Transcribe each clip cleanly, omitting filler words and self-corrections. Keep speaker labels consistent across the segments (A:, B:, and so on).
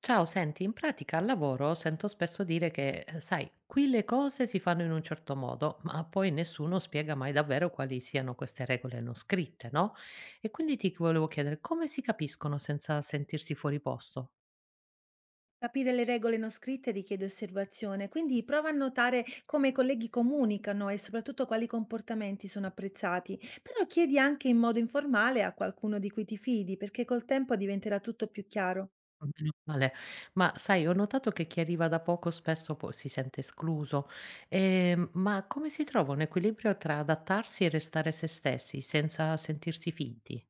A: Ciao, senti, in pratica al lavoro sento spesso dire che, sai, qui le cose si fanno in un certo modo, ma poi nessuno spiega mai davvero quali siano queste regole non scritte, no? E quindi ti volevo chiedere come si capiscono senza sentirsi fuori posto?
B: Capire le regole non scritte richiede osservazione, quindi prova a notare come i colleghi comunicano e soprattutto quali comportamenti sono apprezzati, però chiedi anche in modo informale a qualcuno di cui ti fidi, perché col tempo diventerà tutto più chiaro.
A: Meno male. Ma sai, ho notato che chi arriva da poco spesso poi si sente escluso. Ma come si trova un equilibrio tra adattarsi e restare se stessi senza sentirsi finti?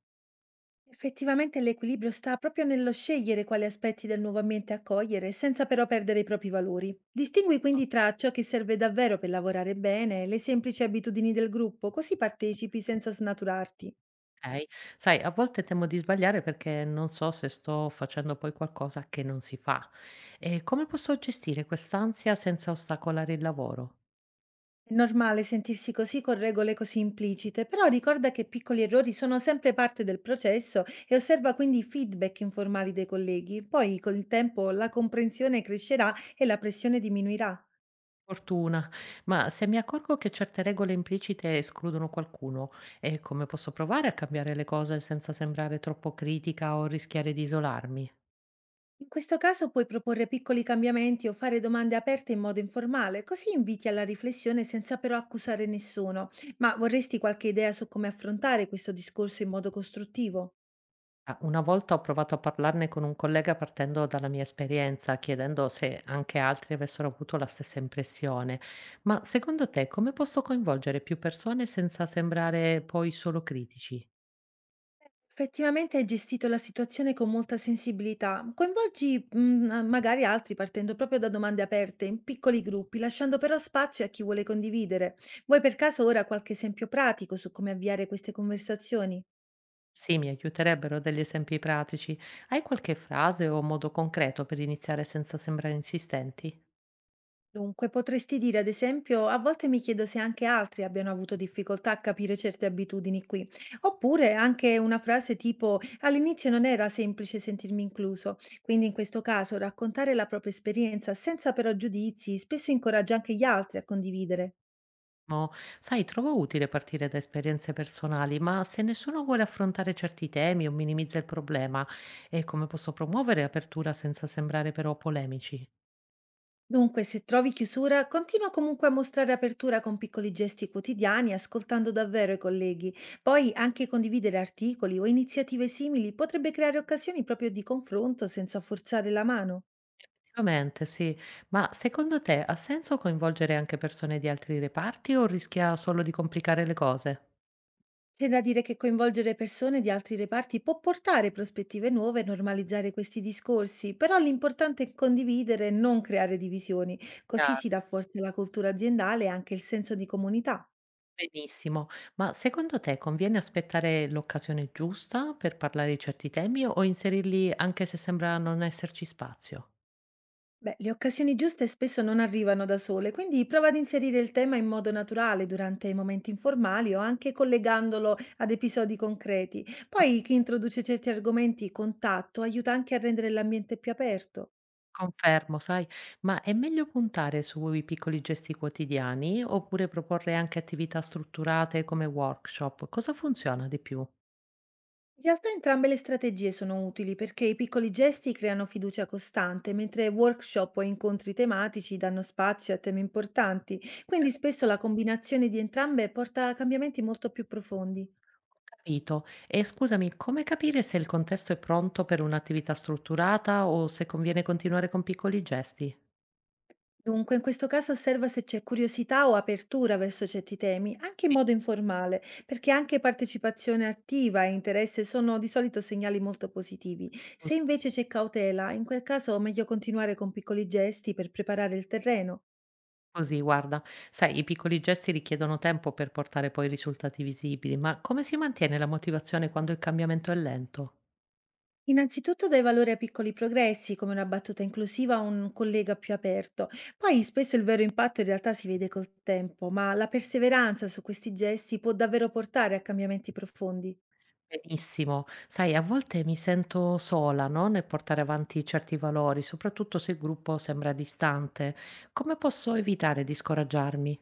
B: Effettivamente l'equilibrio sta proprio nello scegliere quali aspetti del nuovo ambiente accogliere, senza però perdere i propri valori. Distingui quindi tra ciò che serve davvero per lavorare bene e le semplici abitudini del gruppo, così partecipi senza snaturarti.
A: Okay. Sai, a volte temo di sbagliare perché non so se sto facendo poi qualcosa che non si fa. E come posso gestire quest'ansia senza ostacolare il lavoro?
B: È normale sentirsi così con regole così implicite, però ricorda che piccoli errori sono sempre parte del processo e osserva quindi i feedback informali dei colleghi. Poi col tempo la comprensione crescerà e la pressione diminuirà.
A: Fortuna, ma se mi accorgo che certe regole implicite escludono qualcuno, e come posso provare a cambiare le cose senza sembrare troppo critica o rischiare di isolarmi?
B: In questo caso puoi proporre piccoli cambiamenti o fare domande aperte in modo informale, così inviti alla riflessione senza però accusare nessuno. Ma vorresti qualche idea su come affrontare questo discorso in modo costruttivo?
A: Ah, una volta ho provato a parlarne con un collega partendo dalla mia esperienza, chiedendo se anche altri avessero avuto la stessa impressione. Ma secondo te come posso coinvolgere più persone senza sembrare poi solo critici?
B: Effettivamente hai gestito la situazione con molta sensibilità. Coinvolgi mhmm, a magari altri partendo proprio da domande aperte, in piccoli gruppi, lasciando però spazio a chi vuole condividere. Vuoi per caso ora qualche esempio pratico su come avviare queste conversazioni?
A: Sì, mi aiuterebbero degli esempi pratici. Hai qualche frase o modo concreto per iniziare senza sembrare insistenti?
B: Dunque, potresti dire, ad esempio, a volte mi chiedo se anche altri abbiano avuto difficoltà a capire certe abitudini qui. Oppure anche una frase tipo, all'inizio non era semplice sentirmi incluso. Quindi in questo caso raccontare la propria esperienza senza però giudizi spesso incoraggia anche gli altri a condividere.
A: No, sai, trovo utile partire da esperienze personali, ma se nessuno vuole affrontare certi temi o minimizza il problema, e come posso promuovere apertura senza sembrare però polemici?
B: Dunque, se trovi chiusura, continua comunque a mostrare apertura con piccoli gesti quotidiani, ascoltando davvero i colleghi. Poi anche condividere articoli o iniziative simili potrebbe creare occasioni proprio di confronto senza forzare la mano.
A: Ovviamente, sì, ma secondo te ha senso coinvolgere anche persone di altri reparti o rischia solo di complicare le cose?
B: C'è da dire che coinvolgere persone di altri reparti può portare prospettive nuove e normalizzare questi discorsi, però l'importante è condividere e non creare divisioni, così
A: Chiaro,
B: si rafforza la cultura aziendale e anche il senso di comunità.
A: benissimo, ma secondo te conviene aspettare l'occasione giusta per parlare di certi temi o inserirli anche se sembra non esserci spazio?
B: Beh, le occasioni giuste spesso non arrivano da sole, quindi prova ad inserire il tema in modo naturale durante i momenti informali o anche collegandolo ad episodi concreti. Poi chi introduce certi argomenti con tatto aiuta anche a rendere l'ambiente più aperto.
A: Confermo, sai, ma è meglio puntare sui piccoli gesti quotidiani oppure proporre anche attività strutturate come workshop? Cosa funziona di più?
B: In realtà entrambe le strategie sono utili perché i piccoli gesti creano fiducia costante, mentre workshop o incontri tematici danno spazio a temi importanti, quindi spesso la combinazione di entrambe porta a cambiamenti molto più profondi.
A: Capito. E scusami, come capire se il contesto è pronto per un'attività strutturata o se conviene continuare con piccoli gesti?
B: Dunque, in questo caso osserva se c'è curiosità o apertura verso certi temi, anche in
A: Sì,
B: modo informale, perché anche partecipazione attiva e interesse sono di solito segnali molto positivi. Se
A: giusto.
B: invece c'è cautela, in quel caso è meglio continuare con piccoli gesti per preparare il terreno.
A: Così, guarda, sai, i piccoli gesti richiedono tempo per portare poi risultati visibili, ma come si mantiene la motivazione quando il cambiamento è lento?
B: Innanzitutto dai valore a piccoli progressi, come una battuta inclusiva o un collega più aperto. Poi spesso il vero impatto in realtà si vede col tempo, ma la perseveranza su questi gesti può davvero portare a cambiamenti profondi.
A: Benissimo. Sai, a volte mi sento sola, no, nel portare avanti certi valori, soprattutto se il gruppo sembra distante. Come posso evitare di scoraggiarmi?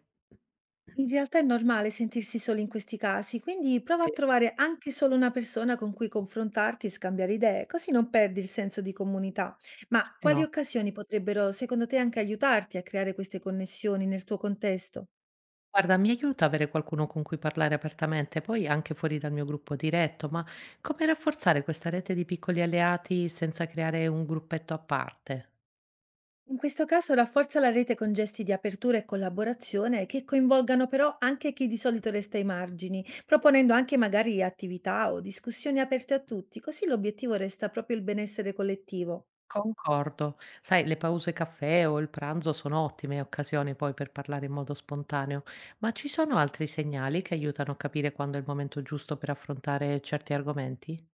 B: In realtà è normale sentirsi soli in questi casi, quindi prova a
A: Sì,
B: trovare anche solo una persona con cui confrontarti e scambiare idee, così non perdi il senso di comunità. Ma
A: perché
B: quali
A: no.
B: occasioni potrebbero, secondo te, anche aiutarti a creare queste connessioni nel tuo contesto?
A: Guarda, mi aiuta avere qualcuno con cui parlare apertamente, poi anche fuori dal mio gruppo diretto, ma come rafforzare questa rete di piccoli alleati senza creare un gruppetto a parte?
B: In questo caso rafforza la rete con gesti di apertura e collaborazione che coinvolgano però anche chi di solito resta ai margini, proponendo anche magari attività o discussioni aperte a tutti, così l'obiettivo resta proprio il benessere collettivo.
A: Concordo. Sai, le pause caffè o il pranzo sono ottime occasioni poi per parlare in modo spontaneo, ma ci sono altri segnali che aiutano a capire quando è il momento giusto per affrontare certi argomenti?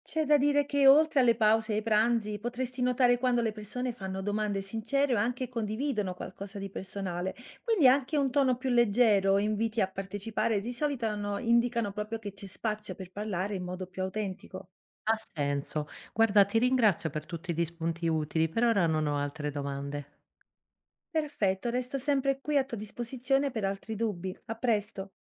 B: C'è da dire che oltre alle pause e ai pranzi potresti notare quando le persone fanno domande sincere o anche condividono qualcosa di personale, quindi anche un tono più leggero, inviti a partecipare, di solito indicano proprio che c'è spazio per parlare in modo più autentico.
A: Ha senso. Guarda, ti ringrazio per tutti gli spunti utili, per ora non ho altre domande.
B: Perfetto, resto sempre qui a tua disposizione per altri dubbi. A presto.